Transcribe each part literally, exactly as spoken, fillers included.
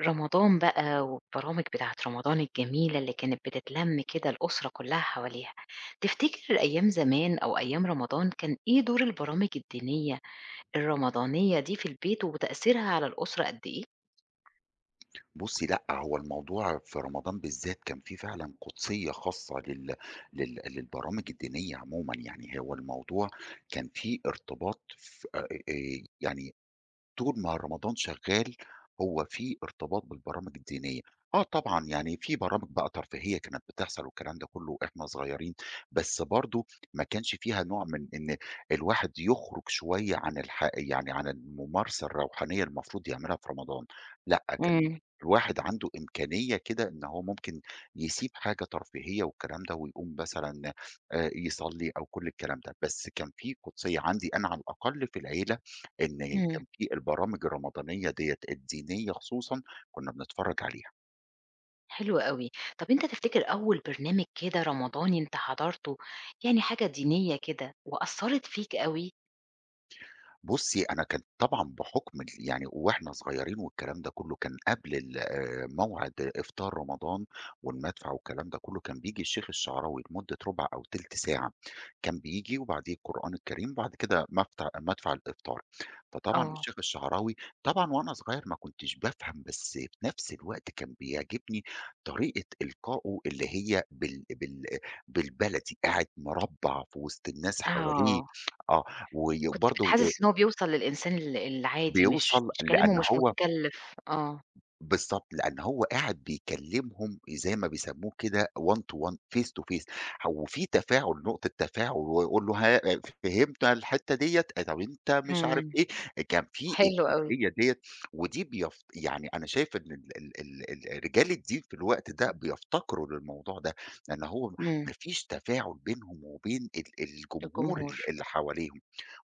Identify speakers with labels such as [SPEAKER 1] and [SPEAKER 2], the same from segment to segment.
[SPEAKER 1] رمضان بقى والبرامج بتاعة رمضان الجميلة اللي كانت بتتلم كده الأسرة كلها حواليها، تفتكر أيام زمان أو أيام رمضان كان إيه دور البرامج الدينية الرمضانية دي في البيت وتأثيرها على الأسرة قد إيه؟
[SPEAKER 2] بُصّي لأ، هو الموضوع في رمضان بالذات كان في فعلًا قُدسية خاصة لل لل للبرامج الدينية عمومًا. يعني هو الموضوع كان في ارتباط ف آآ، يعني طول ما رمضان شغال هو في ارتباط بالبرامج الدينية. آه طبعًا، يعني في برامج بقى ترفيهية كانت بتحصل والكلام ده كله وإحنا صغيرين، بس برضه ما كانش فيها نوع من إن الواحد يخرج شوية عن الح يعني عن الممارسة الروحانية المفروض يعملها في رمضان. لأ كان
[SPEAKER 1] امم.
[SPEAKER 2] الواحد عنده إمكانية كده إن هو ممكن يسيب حاجة ترفيهية والكلام ده ويقوم مثلًا آآ يصلي أو كل الكلام ده، بس كان في قُدسية عندي أنا على الأقل في العيلة إن
[SPEAKER 1] إمم.
[SPEAKER 2] كان في البرامج الرمضانية ديّة الدينية خصوصًا كنا بنتفرّج عليها.
[SPEAKER 1] حلو أوي. طب أنت تفتكر أول برنامج كده رمضاني أنت حضرته يعني حاجة دينية كده وأثّرت فيك أوي؟
[SPEAKER 2] بُصّي، أنا كان طبعًا بحُكم ال يعني وإحنا صغيرين والكلام ده كُلّه، كان قبل ال آآ موعد إفطار رمضان والمدفع والكلام ده كُلّه. كان بييجي الشيخ الشعراوي لمدة رُبع أو تِلت ساعة، كان بييجي وبعديه القرآن الكريم، بعد كده مفتع مدفع الإفطار. فطبعًا
[SPEAKER 1] آه.
[SPEAKER 2] الشيخ الشعراوي طبعًا، وأنا صغير ما كنتش بافهم، بس في نفس الوقت كان بيعجبني طريقة إلقائه اللي هي بال بال بالبلدي، قاعد مربّع في وسط الناس حواليه،
[SPEAKER 1] آه،
[SPEAKER 2] آه، وي
[SPEAKER 1] كنت
[SPEAKER 2] برضه
[SPEAKER 1] بتحسس إن هو بيوصل للإنسان ال العادي مش
[SPEAKER 2] بيوصل
[SPEAKER 1] مش
[SPEAKER 2] لإن
[SPEAKER 1] كلامه مش
[SPEAKER 2] هو
[SPEAKER 1] متكلف، آه.
[SPEAKER 2] بالضبط، لإن هو قاعد بيكلّمهم زي ما بيسمّوه كده one to one face to face. هو في تفاعل، نقطة تفاعل ويقول له ها فهمنا الحتّة ديّة، طَب أنت مش
[SPEAKER 1] إمم.
[SPEAKER 2] عارف إيه، كان في
[SPEAKER 1] حلو أوي.
[SPEAKER 2] الجزئية ديّة. ودي بيف يعني أنا شايف إن ال ال ال ال رجال الدين في الوقت ده بيفتقروا للموضوع ده، لإن هو
[SPEAKER 1] إمم.
[SPEAKER 2] ما فيش تفاعل بينهم وبين ال الجمهور ال
[SPEAKER 1] الجمهور.
[SPEAKER 2] اللي حواليهم.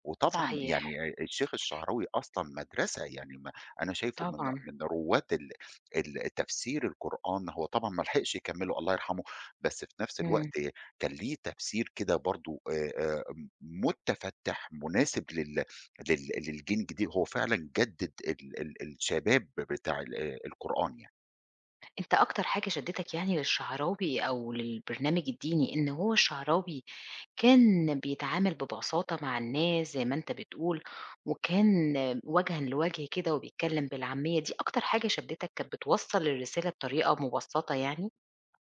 [SPEAKER 2] وطبعًا
[SPEAKER 1] صحيح.
[SPEAKER 2] يعني آآ الشيخ الشعراوي أصلًا مدرسة. يعني ما أنا شايفه من
[SPEAKER 1] طبعًا.
[SPEAKER 2] من رواد ال ال تفسير القرآن، هو طبعًا ما لحقش يكمّله الله يرحمه، بس في نفس
[SPEAKER 1] إمم.
[SPEAKER 2] الوقت كان ليه تفسير كده برضه آآ آآ مُتفتّح مناسب لل لل للجيل الجديد. هو فعلًا جدد ال ال الشباب بتاع ال القرآن يعني.
[SPEAKER 1] أنت أكتر حاجة شدّتك يعني للشعراوي أو للبرنامج الديني إن هو الشعراوي كان بيتعامل ببساطة مع الناس زي ما أنت بتقول، وكان وجهًا لوجه كده وبيتكلّم بالعامية، دي أكتر حاجة شدّتك كانت بتوصّل الرسالة بطريقة مبسّطة يعني؟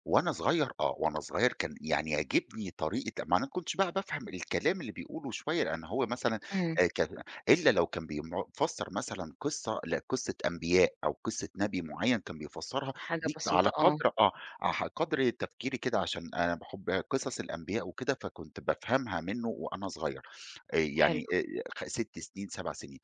[SPEAKER 2] وأنا صغير آه، وأنا صغير كان يعني يعجبني طريقة ما أنا ما كنتش بقى بافهم الكلام اللي بيقوله شوية، لأن هو مثلًا
[SPEAKER 1] إمم.
[SPEAKER 2] آآ كان إلا لو كان بيم فسّر مثلًا قصة ل قصة أنبياء أو قصة نبي معيّن كان بيفسّرها،
[SPEAKER 1] حاجة
[SPEAKER 2] دي على
[SPEAKER 1] بسيطة آه.
[SPEAKER 2] قدر آه، ح قدر تفكيري كده، عشان أنا باحب قصص الأنبياء وكده، فكنت بافهمها منّه وأنا صغير. آآ
[SPEAKER 1] حلو.
[SPEAKER 2] يعني آآ خ ست سنين، سبع سنين،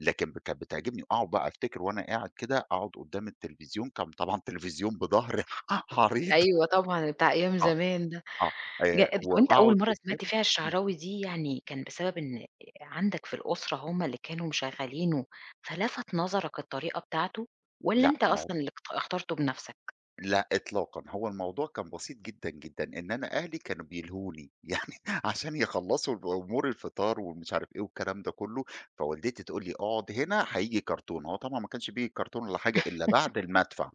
[SPEAKER 2] لكن ب كانت بتعجبني. أقعد بقى أفتكر وأنا قاعد كده، أقعد قدّام التلفزيون، كان طبعًا تلفزيون بضهر حَريض
[SPEAKER 1] أيوه طبعًا بتاع أيام
[SPEAKER 2] آه،
[SPEAKER 1] زمان ده.
[SPEAKER 2] آه،
[SPEAKER 1] ج
[SPEAKER 2] آآ
[SPEAKER 1] طب أنت
[SPEAKER 2] وأقعد
[SPEAKER 1] أول مرّة سمعت
[SPEAKER 2] قدّامه.
[SPEAKER 1] فيها
[SPEAKER 2] إمم،
[SPEAKER 1] الشعراوي دي يعني كان بسبب إن عندك في الأسرة هم اللي كانوا مشغّلينه، فلفت نظرك الطريقة بتاعته، والّا
[SPEAKER 2] لأ
[SPEAKER 1] أنت
[SPEAKER 2] الموض
[SPEAKER 1] أصلًا اللي اخت اخترته بنفسك؟
[SPEAKER 2] لأ إطلاقًا، هو الموضوع كان بسيط جدًا، جدًا، إن أنا أهلي كانوا بيلهوني، يعني عشان يخلّصوا الب أمور الفطار ومش عارف إيه والكلام ده كلّه. فوالدتي تقول لي: "اقعد هنا هييجي كرتون." هو طبعًا ما كانش بييجي كرتون ولا حاجة إلا بعد المدفع.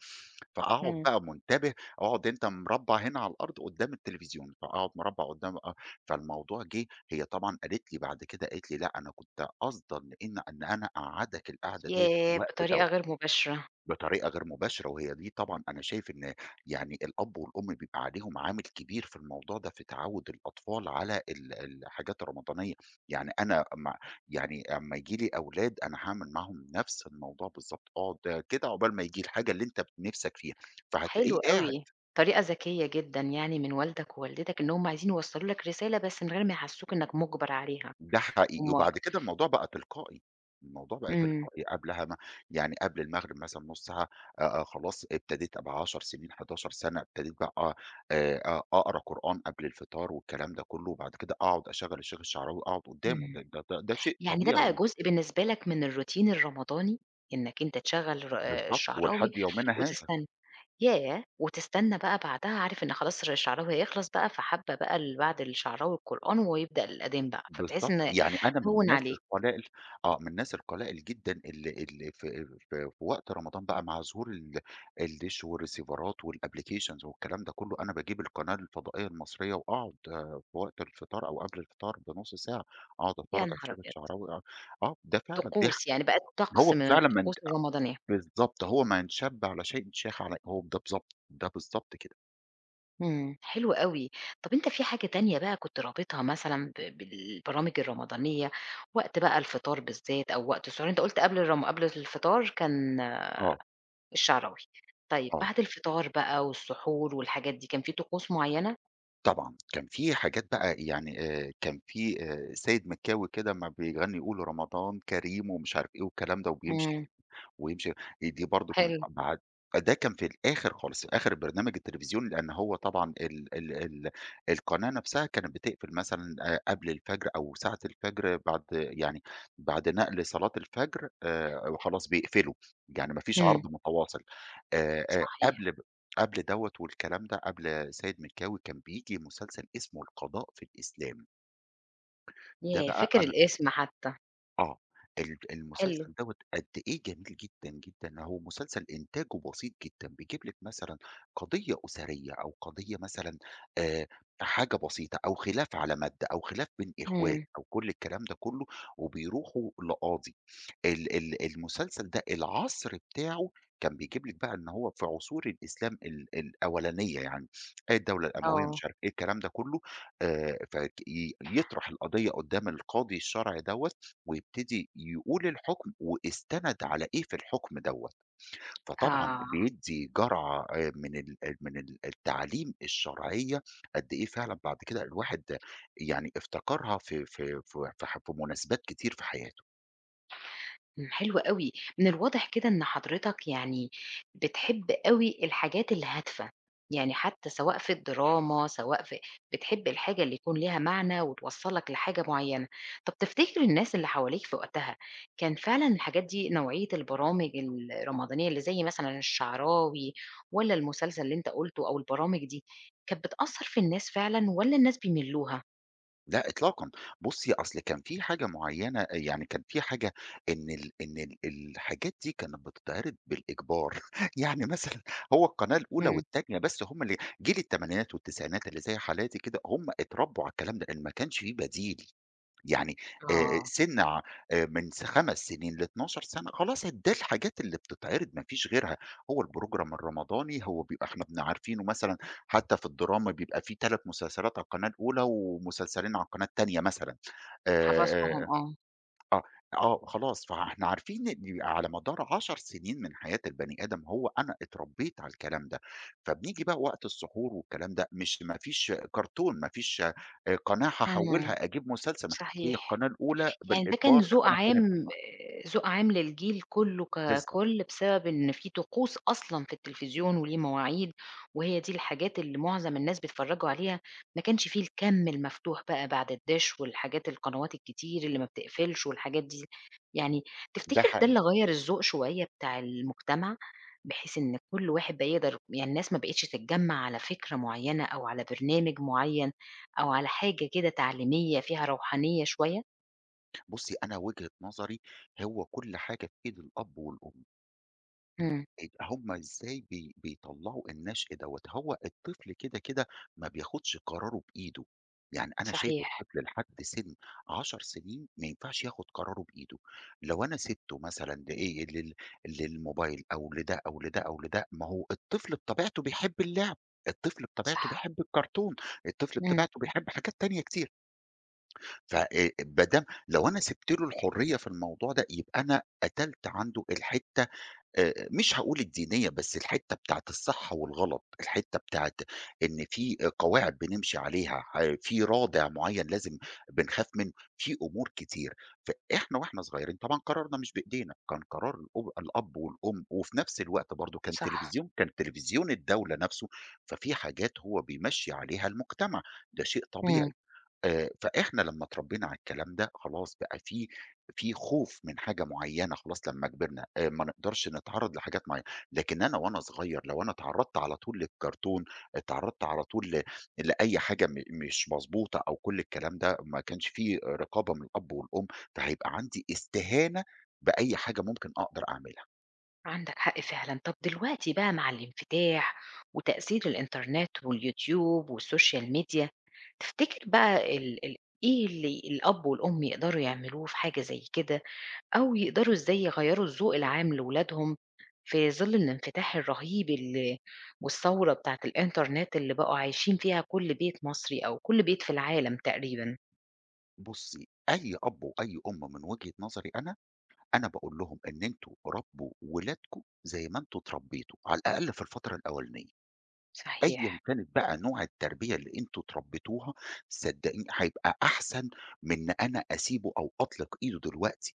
[SPEAKER 2] فأقعد
[SPEAKER 1] إمم.
[SPEAKER 2] بقى منتبه، أقعد أنت مربّع هنا على الأرض قدّام التلفزيون، فأقعد مربّع قدّام آه. فالموضوع جِه، هي طبعًا قالت لي بعد كده، قالت لي: "لأ أنا كنت قاصدة إن إن إن أنا أقعّدك القعدة ديّة في
[SPEAKER 1] ياه!
[SPEAKER 2] الوقت
[SPEAKER 1] بطريقة
[SPEAKER 2] دوّة."
[SPEAKER 1] غير مباشرة.
[SPEAKER 2] بطريقة غير مباشرة، وهي دي طبعًا أنا شايف إن يعني الأب والأم بيبقى عليهم عامل كبير في الموضوع ده في تعوّد الأطفال على ال الحاجات الرمضانية. يعني أنا أما يعني أما ييجي لي أولاد أنا هاعمل معاهم نفس الموضوع بالضبط، اقعد كده عقبال ما ييجي الحاجة اللي أنت ب نِفْسك فيها، فهتلاقيه
[SPEAKER 1] حلو
[SPEAKER 2] قاعد.
[SPEAKER 1] أوي. طريقة ذكية جدًا يعني من والدك ووالدتك إن هم عايزين يوصّلوا لك رسالة بس من غير ما يحسّسوك إنك مُجبر عليها.
[SPEAKER 2] ده حقيقي،
[SPEAKER 1] هم.
[SPEAKER 2] وبعد كده الموضوع بقى تلقائي، الموضوع بقى
[SPEAKER 1] إمم.
[SPEAKER 2] تلقائي قبلها ما يعني قبل المغرب مثلًا بنُص ساعة. آآ، آآ، خلاص ابتديت أبقى عشر سنين، إحدى عشرة سنة، ابتديت بقى آآ، آآ، آه، أقرا قرآن قبل الفطار والكلام ده كله، وبعد كده أقعد أشغّل الشيخ الشعراوي، أقعد قدّامه،
[SPEAKER 1] إمم.
[SPEAKER 2] ده ده ده ده شيء
[SPEAKER 1] يعني ده
[SPEAKER 2] طبيعي
[SPEAKER 1] بقى
[SPEAKER 2] ومن
[SPEAKER 1] جزء بالنسبة لك من الروتين الرمضاني، إنك أنت تشغّل ر آه
[SPEAKER 2] بالضبط،
[SPEAKER 1] الشعراوي
[SPEAKER 2] ولحد يومنا هذا.
[SPEAKER 1] وتستنى. ياه! وتستنى بقى بعدها عارف إن خلاص ر الشعراوي هيخلص بقى، فحابة بقى اللي بعد الشعراوي القرآن ويبدأ الأذان بقى، فبتحس
[SPEAKER 2] بالضبط،
[SPEAKER 1] إن
[SPEAKER 2] يعني أنا من
[SPEAKER 1] هوِّن
[SPEAKER 2] الناس
[SPEAKER 1] عليك.
[SPEAKER 2] القلائل آه، من الناس القلائل جدًا اللي اللي في في في وقت رمضان بقى مع ظهور ال الدِش والريسيفرات والapplications والكلام ده كلّه، أنا باجيب القناة الفضائية المصرية وأقعد آه، في وقت الفطار أو قبل الفطار بنُص ساعة، أقعد
[SPEAKER 1] يا
[SPEAKER 2] أتفرّج على
[SPEAKER 1] نهار
[SPEAKER 2] الشيخ
[SPEAKER 1] أبيض!
[SPEAKER 2] الشعراوي آه، آه، ده فعلًا دي ح
[SPEAKER 1] طقوس، يعني بقت طقس
[SPEAKER 2] هو
[SPEAKER 1] من
[SPEAKER 2] فعلًا من
[SPEAKER 1] الطقوس الرمضانية.
[SPEAKER 2] بالضبط. هو من شَبّ على شيء شاخ عليه، هو ده بالضبط، ده بالضبط كده،
[SPEAKER 1] إمم. حلو أوي. طَب أنت في حاجة تانية بقى كنت رابطها مثلًا ب بالبرامج الرمضانية، وقت بقى الفطار بالذات أو وقت السحور؟ أنت قُلت قبل الرم قبل الفطار كان
[SPEAKER 2] آه،
[SPEAKER 1] الشعراوي، طيب
[SPEAKER 2] آه.
[SPEAKER 1] بعد الفطار بقى والسحور والحاجات دي، كان في طقوس معيّنة؟
[SPEAKER 2] طبعًا، كان في حاجات بقى يعني آآ كان في آآ سيد مكاوي كده أمّا بيغني يقول رمضان كريم ومش عارف إيه والكلام ده وبيمشي
[SPEAKER 1] إمم.
[SPEAKER 2] في ويمشي. دي برضه كنت
[SPEAKER 1] حلو.
[SPEAKER 2] باع ده كان في الآخر خالص، آخر برنامج التلفزيون، لأن هو طبعًا ال ال ال القناة نفسها كانت بتقفل مثلًا آآ قبل الفجر أو ساعة الفجر بعد يعني بعد نقل صلاة الفجر آآ وخلاص بيقفلوا. يعني ما فيش
[SPEAKER 1] إمم.
[SPEAKER 2] عرض متواصل. آآ آآ
[SPEAKER 1] صحيح.
[SPEAKER 2] قبل قبل دوّة والكلام ده، قبل سيد مكاوي كان بييجي مسلسل اسمه القضاء في الإسلام. ده
[SPEAKER 1] ياه!
[SPEAKER 2] بقى
[SPEAKER 1] فاكر
[SPEAKER 2] أنا
[SPEAKER 1] الاسم حتى.
[SPEAKER 2] آه، ال
[SPEAKER 1] حلو.
[SPEAKER 2] المسلسل دوّة قد إيه جميل جدًا، جدًا. هو مسلسل إنتاجه بسيط جدًا، بيجيب لِك مثلًا قضية أسرية أو قضية مثلًا آآ، حاجة بسيطة أو خلاف على مادة أو خلاف بين إخوات
[SPEAKER 1] إمم.
[SPEAKER 2] أو كل الكلام ده كله، وبيروحوا لقاضي. ال ال المسلسل ده العصر بتاعه كان بيجيب لِك بقى إن هو في عصور الإسلام ال الأولانية يعني، آه، الدولة الأموية
[SPEAKER 1] آه.
[SPEAKER 2] مش عارف إيه الكلام ده كله. آآ، فك ي يطرح القضية قدّام القاضي الشرعي دوّة، ويبتدي يقول الحكم واستند على إيه في الحكم دوّة. فطبعًا
[SPEAKER 1] آه.
[SPEAKER 2] بيدّي جرعة آآ من ال من ال التعاليم الشرعية، قد إيه فعلًا بعد كده الواحد يعني افتكرها في في في في ح في مناسبات كتير في حياته.
[SPEAKER 1] إمم. حلو أوي. من الواضح كده إن حضرتك يعني بتحب أوي الحاجات الهادفة، يعني حتى سواء في الدراما، سواء في بتحب الحاجة اللي يكون ليها معنى وتوصّلك لحاجة معيّنة. طب تفتكر الناس اللي حواليك في وقتها، كان فعلًا الحاجات دي نوعية البرامج الرمضانية اللي زي مثلًا الشعراوي والّا المسلسل اللي أنت قُلته أو البرامج دي، كانت بتأثّر في الناس فعلًا والّا الناس بيملّوها؟
[SPEAKER 2] لأ إطلاقًا، بُصّي أصل كان في حاجة معيّنة، يعني كان في حاجة إن ال إن ال الحاجات دي كانت بتتعرض بالإجبار. يعني مثلًا هو القناة الأولى
[SPEAKER 1] إمم.
[SPEAKER 2] والتانية بس هم اللي جيل التمانينات والتسعينات اللي زي حالاتي كده هم اتربوا على الكلام ده، لأن ما كانش في بديل. يعني آآ
[SPEAKER 1] آه.
[SPEAKER 2] سِن ع آآ من س خمس سنين لاتناشر سنة خلاص د ده الحاجات اللي بتتعرض ما فيش غيرها. هو الprogram الرمضاني هو بيبقى إحنا بن عارفينه، مثلًا حتى في الدراما بيبقى في ثلاث مسلسلات على القناة الأولى ومسلسلين على القناة التانية مثلًا، آآ، آآ
[SPEAKER 1] حفظتهم آه.
[SPEAKER 2] آه، آه، خلاص. فإحنا عارفين إن على مدار عشر سنين من حياة البني آدم هو أنا اتربيت على الكلام ده. فبنيجي بقى وقت السحور والكلام ده مش ما فيش كرتون، ما فيش آآ، قناة
[SPEAKER 1] إمم.
[SPEAKER 2] هاحوّلها أجيب مسلسل، هي
[SPEAKER 1] صحيح.
[SPEAKER 2] القناة الأولى
[SPEAKER 1] يعني ده كان
[SPEAKER 2] بالإجبار،
[SPEAKER 1] ذوق
[SPEAKER 2] القناة التانية
[SPEAKER 1] عام،
[SPEAKER 2] بالإجبار،
[SPEAKER 1] ذوق عام للجيل كله
[SPEAKER 2] بالضبط،
[SPEAKER 1] ككل، بسبب إن في طقوس أصلًا في التلفزيون وليه مواعيد، وهي دي الحاجات اللي معظم الناس بيتفرّجوا عليها، ما كانش في الكَم المفتوح بقى بعد الدِش والحاجات القنوات الكتير اللي ما بتقفلش والحاجات دي، يعني
[SPEAKER 2] ده
[SPEAKER 1] تفتكر ده
[SPEAKER 2] حقيقي.
[SPEAKER 1] اللي غيّر الذوق شوية بتاع المجتمع، بحيث إن كل واحد بقى يقدر يعني الناس ما بقِتش تتجمّع على فكرة معيّنة أو على برنامج معيّن أو على حاجة كده تعليمية فيها روحانية شوية؟
[SPEAKER 2] بُصّي أنا وجهة نظري هو كل حاجة في إيد الأب والأم.
[SPEAKER 1] إمم.
[SPEAKER 2] إج هم إزاي بي بيطلّعوا النشء دوّة، هو الطفل كده، كده ما بياخدش قراره بإيده. يعني أنا شايف
[SPEAKER 1] صحيح.
[SPEAKER 2] الطفل لحد سِن عشر سنين ما ينفعش ياخد قراره بإيده. لو أنا سِبته مثلًا لإيه، لل للموبايل أو لده، أو لده، أو لده، ما هو الطفل بطبيعته بيحب اللعب، الطفل بطبيعته
[SPEAKER 1] صح.
[SPEAKER 2] بيحب الكرتون، الطفل
[SPEAKER 1] إمم.
[SPEAKER 2] بطبيعته بيحب حاجات تانية كتير. ف آآ ما دام لو أنا سِبت له الحرية في الموضوع ده، يبقى أنا قتلت عنده الحتّة آآ، مش هاقول الدينية، بس الحتّة بتاعة الصح والغلط، الحتّة بتاعة إن في آه، قواعد بنمشي عليها، ح في رادع معيّن لازم بنخاف منه، في أمور كتير. فإحنا وإحنا صغيرين طبعًا قرارنا مش بإيدينا، كان قرار الأب الأب والأم، وفي نفس الوقت برضه كان
[SPEAKER 1] صح.
[SPEAKER 2] تلفزيون كان تلفزيون الدولة نفسه. ففي حاجات هو بيمشّي عليها المجتمع، ده شيء
[SPEAKER 1] إمم.
[SPEAKER 2] طبيعي. آآ، فإحنا لمّا اتربينا على الكلام ده، خلاص بقى في في خوف من حاجة معيّنة، خلاص لمّا كبرنا، آآ ما نقدرش نتعرّض لحاجات معيّنة. لكن أنا وأنا صغير لو أنا اتعرّضت على طول للكرتون، اتعرّضت على طول ل لأي حاجة م مش مضبوطة أو كل الكلام ده، ما كانش في رقابة من الأب والأم، فهيبقى عندي استهانة بأي حاجة ممكن أقدر أعملها.
[SPEAKER 1] عندك حق فعلًا. طب دلوقتي بقى مع الانفتاح وتأثير الإنترنت واليوتيوب والسوشيال ميديا، تفتكر بقى ال ال إيه اللي الأب والأم يقدروا يعملوه في حاجة زي كده، أو يقدروا إزاي يغيّروا الذوق العام لولادهم في ظل الانفتاح الرهيب ال والثورة بتاعة الإنترنت اللي بقوا عايشين فيها كل بيت مصري أو كل بيت في العالم تقريبًا؟
[SPEAKER 2] بُصّي، أي أب وأي أم من وجهة نظري أنا، أنا باقول لهم إن أنتم ربّوا ولادكم زي ما أنتم اتربيتوا، على الأقل في الفترة الأولانية. أيًا
[SPEAKER 1] صحيح.
[SPEAKER 2] كانت بقى نوع التربية اللي أنتم اتربيتوها، صدقيني هيبقى أحسن من إن أنا أسيبه أو أطلق إيده دلوقتي.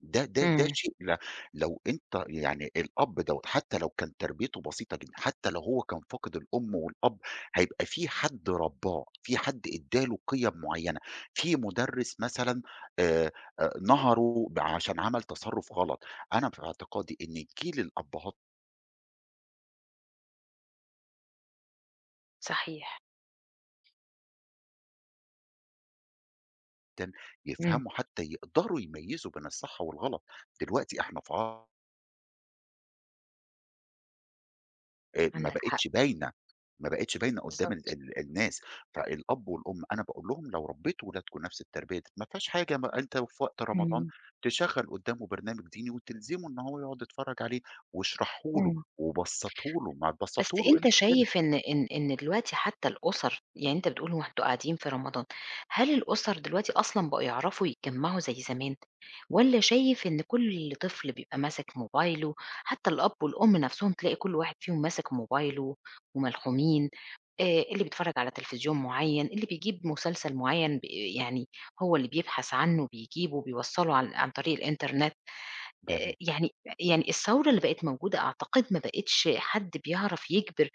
[SPEAKER 2] ده ده ده
[SPEAKER 1] إمم.
[SPEAKER 2] شيء ل لو أنت يعني الأب دوّة حتى لو كان تربيته بسيطة جدًا، حتى لو هو كان فاقد الأم والأب، هيبقى في حد ربّاه، في حد ادّى له قيم معيّنة، في مدرس مثلًا آآ، آآ نهَره ب عشان عمل تصرُّف غلط. أنا في اعتقادي إن جيل الأبهات
[SPEAKER 1] صحيح.
[SPEAKER 2] جدًا
[SPEAKER 1] إمم.
[SPEAKER 2] يفهموا، حتى يقدروا يميّزوا بين الصح والغلط. دلوقتي إحنا في عصر آآ ما
[SPEAKER 1] عندك حق.
[SPEAKER 2] بقِتش باينة، ما بقِتش باينة قدّام ال
[SPEAKER 1] بالضبط.
[SPEAKER 2] ال الناس. فالأب والأم أنا باقول لهم لو ربّيتوا ولادكم نفس التربية دي ما فيهاش حاجة. ما أنت في وقت رمضان
[SPEAKER 1] إمم.
[SPEAKER 2] تشغّل قدّامه برنامج ديني وتلزمه إن هو يقعد يتفرّج عليه واشرحه له
[SPEAKER 1] إمم.
[SPEAKER 2] وبسّطه له، ما
[SPEAKER 1] بس
[SPEAKER 2] تبسّطه له إيه
[SPEAKER 1] أنت
[SPEAKER 2] المشكلة؟
[SPEAKER 1] شايف إن إن إن دلوقتي حتى الأُسر، يعني أنت بتقول هو أنتم قاعدين في رمضان، هل الأُسر دلوقتي أصلًا بقوا يعرفوا يتجمّعوا زي زمان، والّا شايف إن كل طفل بيبقى ماسك موبايله، حتى الأب والأم نَفْسهم تلاقي كل واحد فيهم ماسك موبايله وملحومين، آآ اللي بيتفرّج على تلفزيون معيّن، اللي بيجيب مسلسل معيّن ب يعني هو اللي بيبحث عنّه بيجيبه، بيوصّله عن عن طريق الإنترنت. آآ
[SPEAKER 2] جميل،
[SPEAKER 1] يعني يعني الثورة اللي بقت موجودة أعتقد ما بقتش حد بيعرف يجبر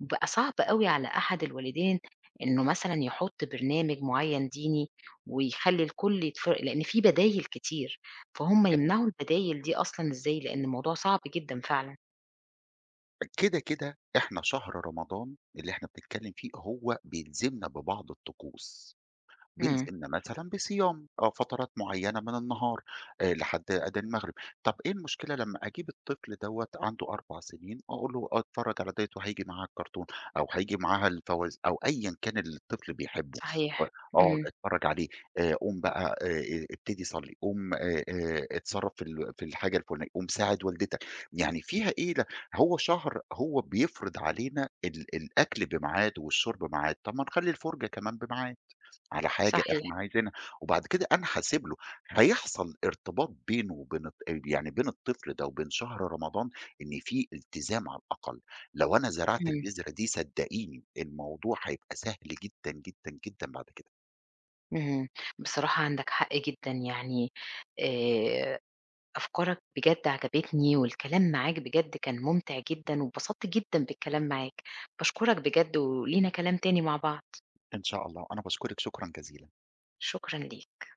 [SPEAKER 1] بقى صعب أوي على أحد الوالدين إنه مثلًا يحُط برنامج معيّن ديني ويخلّي الكل يتف لإن في بدايل كتير، فهُم
[SPEAKER 2] جميل.
[SPEAKER 1] يمنعوا البدايل دي أصلًا إزاي؟ لإن الموضوع صعب جدًا فعلًا.
[SPEAKER 2] كده، كده إحنا شهر رمضان اللي إحنا بنتكلّم فيه هو بيلزمنا ببعض الطقوس.
[SPEAKER 1] إمم.
[SPEAKER 2] بيلزمنا مثلًا بصيام آه، فترات معيّنة من النهار آآ لحد أذان المغرب. طب إيه المشكلة لمّا أجيب الطفل دوّة عنده أربع سنين وأقول له اتفرّج على ديّة وهييجي معاها الكرتون أو هييجي معاها الفواز أو أيًا كان اللي الطفل بيحبه، و
[SPEAKER 1] صحيح.
[SPEAKER 2] اقعد
[SPEAKER 1] إمم.
[SPEAKER 2] اتفرّج عليه. آآ قوم بقى آآ ابتدي صلّي، قوم آآ آآ اتصرّف في ال في الحاجة الفلانية، قوم ساعد والدتك. يعني فيها إيه ل هو شهر هو بيفرض علينا ال الأكل بميعاد والشرب بميعاد، طب ما نخلّي الفُرجة كمان بميعاد. على حاجة
[SPEAKER 1] صحيح.
[SPEAKER 2] إحنا عايزينها، وبعد كده أنا هاسيب له، هيحصل ارتباط بينه وبين الط يعني بين الطفل ده وبين شهر رمضان إن في التزام على الأقل. لو أنا زرعت
[SPEAKER 1] إمم.
[SPEAKER 2] البذرة دي صدقيني الموضوع هيبقى سهل جدًا، جدًا، جدًا بعد كده.
[SPEAKER 1] اهم. بصراحة عندك حق جدًا يعني آآ أفكارك بجد عجبتني، والكلام معاك بجد كان ممتع جدًا، واتبسطت جدًا بالكلام معاك، باشكرك بجد ولينا كلام تاني مع بعض،
[SPEAKER 2] إن شاء الله، أنا باشكرِك شكرًا جزيلًا.
[SPEAKER 1] شكرًا ليك.